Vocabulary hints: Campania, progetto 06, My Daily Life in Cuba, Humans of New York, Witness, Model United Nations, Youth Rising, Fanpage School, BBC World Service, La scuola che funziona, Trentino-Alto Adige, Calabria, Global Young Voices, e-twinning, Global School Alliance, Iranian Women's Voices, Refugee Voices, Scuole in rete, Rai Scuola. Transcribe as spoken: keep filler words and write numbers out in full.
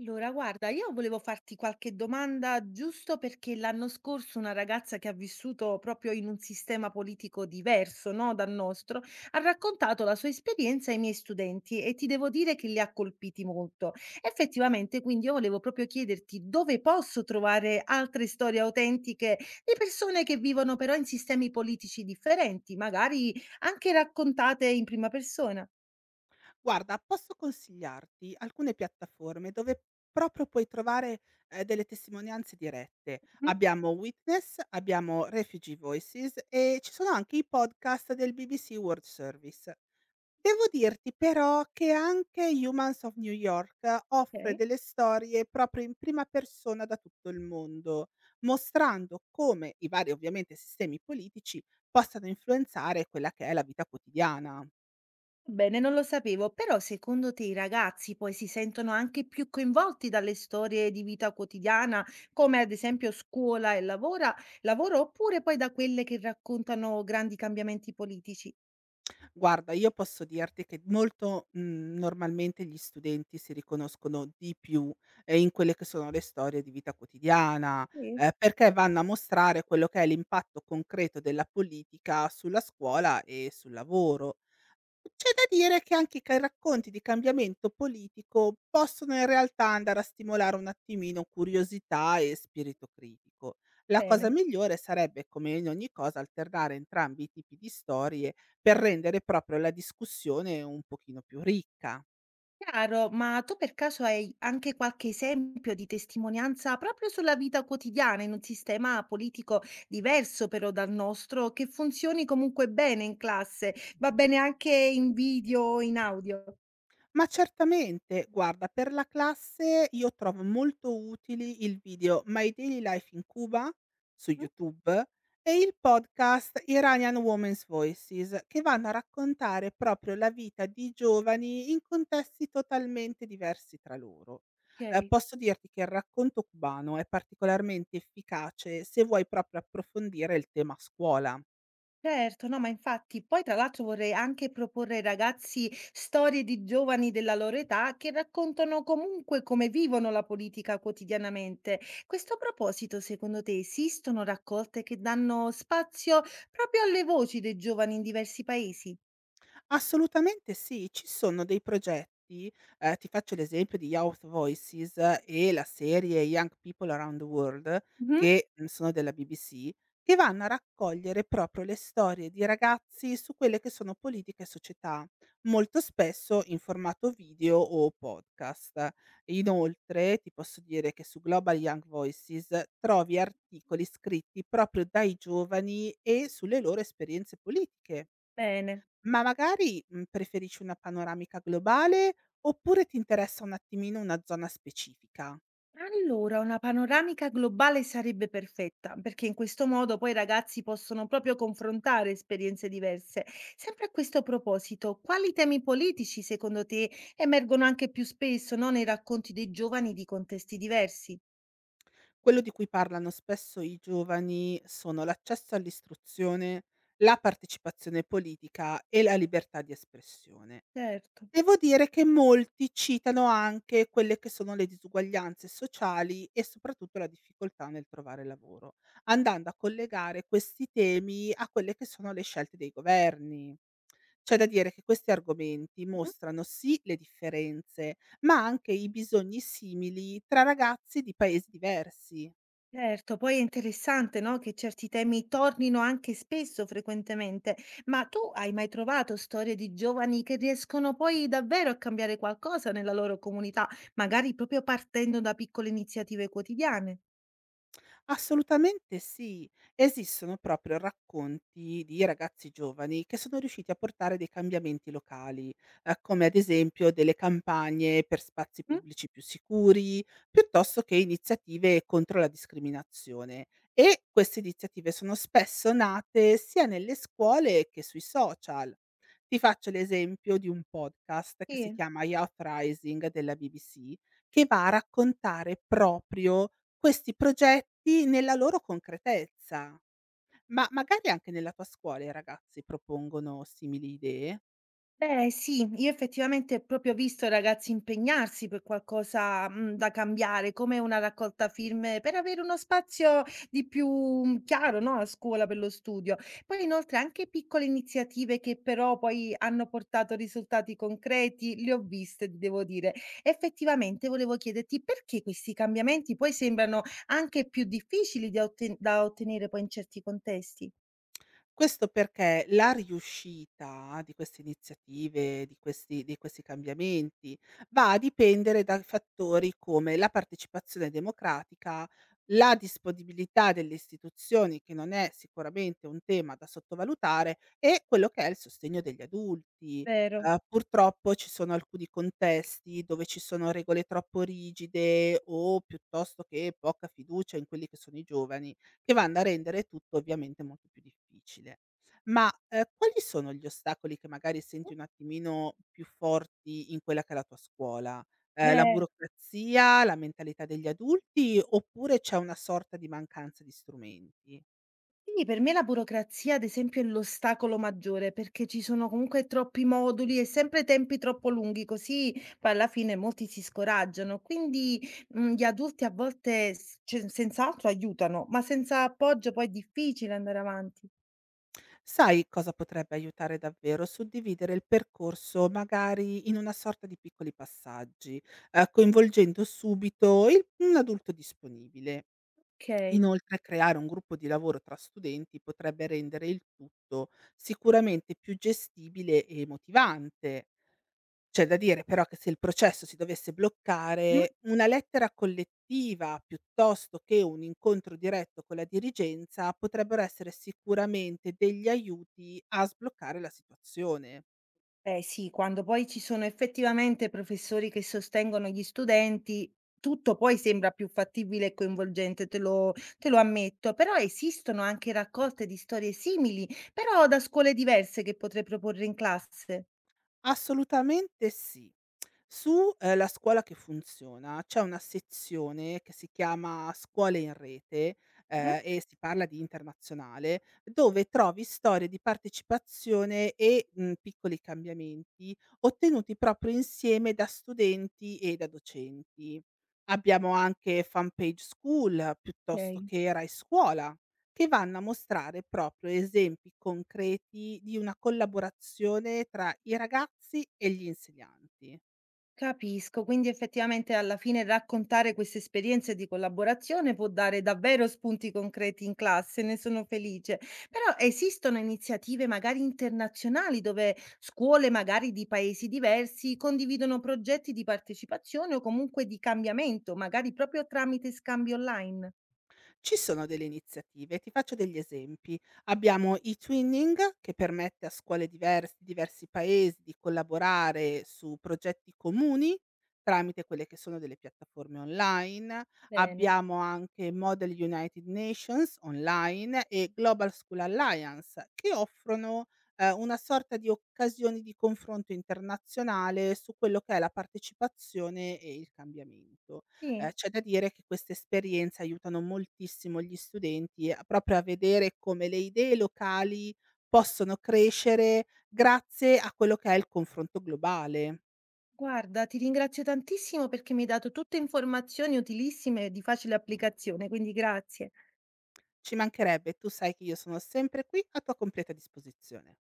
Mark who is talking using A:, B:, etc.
A: Allora, guarda, io volevo farti qualche domanda giusto perché l'anno scorso una ragazza che ha vissuto proprio in un sistema politico diverso, no, dal nostro, ha raccontato la sua esperienza ai miei studenti e ti devo dire che li ha colpiti molto. Effettivamente, quindi io volevo proprio chiederti dove posso trovare altre storie autentiche di persone che vivono però in sistemi politici differenti, magari anche raccontate in prima persona.
B: Guarda, posso consigliarti alcune piattaforme dove proprio puoi trovare, ehm, delle testimonianze dirette.
A: Mhm.
B: Abbiamo Witness, abbiamo Refugee Voices e ci sono anche i podcast del B B C World Service. Devo dirti però che anche Humans of New York eh, offre
A: Ok.
B: delle storie proprio in prima persona da tutto il mondo, mostrando come i vari, ovviamente, sistemi politici possano influenzare quella che è la vita quotidiana.
A: Bene, non lo sapevo, però secondo te i ragazzi poi si sentono anche più coinvolti dalle storie di vita quotidiana, come ad esempio scuola e lavora, lavoro, oppure poi da quelle che raccontano grandi cambiamenti politici?
B: Guarda, io posso dirti che molto, mhmm, normalmente gli studenti si riconoscono di più, ehm, in quelle che sono le storie di vita quotidiana,
A: Sì.
B: ehm, perché vanno a mostrare quello che è l'impatto concreto della politica sulla scuola e sul lavoro. C'è da dire che anche i ca racconti di cambiamento politico possono in realtà andare a stimolare un attimino curiosità e spirito critico. La cosa
A: Bene.
B: migliore sarebbe, come in ogni cosa, alternare entrambi i tipi di storie per rendere proprio la discussione un pochino più ricca.
A: Chiaro, ma tu per caso hai anche qualche esempio di testimonianza proprio sulla vita quotidiana in un sistema politico diverso però dal nostro, che funzioni comunque bene in classe, va bene anche in video o in audio?
B: Ma certamente, guarda, per la classe io trovo molto utili il video My Daily Life in Cuba su
A: Mm.
B: YouTube e il podcast Iranian Women's Voices, che vanno a raccontare proprio la vita di giovani in contesti totalmente diversi tra loro. Eh,
A: Ok.
B: posso dirti che il racconto cubano è particolarmente efficace se vuoi proprio approfondire il tema scuola.
A: Certo, no, ma infatti poi tra l'altro vorrei anche proporre ai ragazzi storie di giovani della loro età che raccontano comunque come vivono la politica quotidianamente. Questo a proposito, secondo te esistono raccolte che danno spazio proprio alle voci dei giovani in diversi paesi?
B: Assolutamente sì, ci sono dei progetti, ehm, ti faccio l'esempio di Youth Voices eh, e la serie Young People Around the World,
A: Mhm.
B: che, mhmm, sono della B B C, che vanno a raccogliere proprio le storie di ragazzi su quelle che sono politica e società, molto spesso in formato video o podcast. Inoltre ti posso dire che su Global Young Voices trovi articoli scritti proprio dai giovani e sulle loro esperienze politiche.
A: Bene.
B: Ma magari, mhmm, preferisci una panoramica globale, oppure ti interessa un attimino una zona specifica?
A: Allora, una panoramica globale sarebbe perfetta, perché in questo modo poi i ragazzi possono proprio confrontare esperienze diverse. Sempre a questo proposito, quali temi politici secondo te emergono anche più spesso, no, nei racconti dei giovani di contesti diversi?
B: Quello di cui parlano spesso i giovani sono l'accesso all'istruzione, la partecipazione politica e la libertà di espressione.
A: Certo.
B: Devo dire che molti citano anche quelle che sono le disuguaglianze sociali e soprattutto la difficoltà nel trovare lavoro, andando a collegare questi temi a quelle che sono le scelte dei governi. C'è da dire che questi argomenti mostrano sì le differenze, ma anche i bisogni simili tra ragazzi di paesi diversi.
A: Certo, poi è interessante, no, che certi temi tornino anche spesso, frequentemente. Ma tu hai mai trovato storie di giovani che riescono poi davvero a cambiare qualcosa nella loro comunità, magari proprio partendo da piccole iniziative quotidiane?
B: Assolutamente sì. Esistono proprio racconti di ragazzi giovani che sono riusciti a portare dei cambiamenti locali, ehm, come ad esempio delle campagne per spazi
A: Mh?
B: pubblici più sicuri, piuttosto che iniziative contro la discriminazione. E queste iniziative sono spesso nate sia nelle scuole che sui social. Ti faccio l'esempio di un podcast che si
A: Sì.
B: chiama Youth Rising della B B C, che va a raccontare proprio questi progetti nella loro concretezza. Ma magari anche nella tua scuola i ragazzi propongono simili idee?
A: Beh, sì, io effettivamente ho proprio visto ragazzi impegnarsi per qualcosa, mhmm, da cambiare, come una raccolta firme per avere uno spazio di più, mhmm, chiaro, no, a scuola per lo studio. Poi inoltre anche piccole iniziative che però poi hanno portato risultati concreti, le ho viste, ti devo dire. Effettivamente volevo chiederti perché questi cambiamenti poi sembrano anche più difficili da otten da ottenere poi in certi contesti.
B: Questo perché la riuscita di queste iniziative, di questi di questi cambiamenti, va a dipendere da fattori come la partecipazione democratica, la disponibilità delle istituzioni, che non è sicuramente un tema da sottovalutare, e quello che è il sostegno degli adulti.
A: Vero.
B: Uhm, purtroppo ci sono alcuni contesti dove ci sono regole troppo rigide o piuttosto che poca fiducia in quelli che sono i giovani che vanno a rendere tutto ovviamente molto più difficile. Ma, ehm, quali sono gli ostacoli che magari
A: Mh,
B: senti un attimino più forti in quella che è la tua scuola? Ehm, la
A: beh,
B: burocrazia, la mentalità degli adulti, oppure c'è una sorta di mancanza di strumenti?
A: quindi per me la burocrazia, ad esempio, è l'ostacolo maggiore, perché ci sono comunque troppi moduli e sempre tempi troppo lunghi, così poi alla fine molti si scoraggiano. Quindi, mhmm, gli adulti a volte s cioè senz'altro aiutano, ma senza appoggio poi è difficile andare avanti.
B: Sai cosa potrebbe aiutare davvero? Suddividere il percorso magari in una sorta di piccoli passaggi, ehm, coinvolgendo subito il un adulto disponibile.
A: Okay.
B: Inoltre creare un gruppo di lavoro tra studenti potrebbe rendere il tutto sicuramente più gestibile e motivante. C'è da dire però che se il processo si dovesse
A: Mh.
B: bloccare, una lettera collettiva piuttosto che un incontro diretto con la dirigenza potrebbero essere sicuramente degli aiuti a sbloccare la situazione.
A: Beh sì, quando poi ci sono effettivamente professori che sostengono gli studenti, tutto poi sembra più fattibile e coinvolgente, te lo te lo ammetto, però esistono anche raccolte di storie simili, però da scuole diverse che potrei proporre in classe.
B: Assolutamente sì. Su, ehm, La scuola che funziona c'è una sezione che si chiama Scuole in rete,
A: Mh?
B: ehm, e si parla di internazionale, dove trovi storie di partecipazione e, mhmm, piccoli cambiamenti ottenuti proprio insieme da studenti e da docenti. Abbiamo anche Fanpage School piuttosto
A: Ok.
B: che Rai Scuola che vanno a mostrare proprio esempi concreti di una collaborazione tra i ragazzi e gli insegnanti.
A: Capisco, quindi effettivamente alla fine raccontare queste esperienze di collaborazione può dare davvero spunti concreti in classe, ne sono felice. Però esistono iniziative magari internazionali dove scuole magari di paesi diversi condividono progetti di partecipazione o comunque di cambiamento, magari proprio tramite scambi online.
B: Ci sono delle iniziative, ti faccio degli esempi. Abbiamo e-twinning che permette a scuole diverse di diversi paesi di collaborare su progetti comuni tramite quelle che sono delle piattaforme online.
A: Bene.
B: Abbiamo anche Model United Nations online e Global School Alliance che offrono eh, una sorta di occasioni di confronto internazionale su quello che è la partecipazione e il cambiamento. Ehm,
A: Sì,
B: c'è da dire che queste esperienze aiutano moltissimo gli studenti a proprio a vedere come le idee locali possono crescere grazie a quello che è il confronto globale.
A: guarda, ti ringrazio tantissimo perché mi hai dato tutte informazioni utilissime e di facile applicazione, quindi grazie.
B: Ci mancherebbe, tu sai che io sono sempre qui a tua completa disposizione.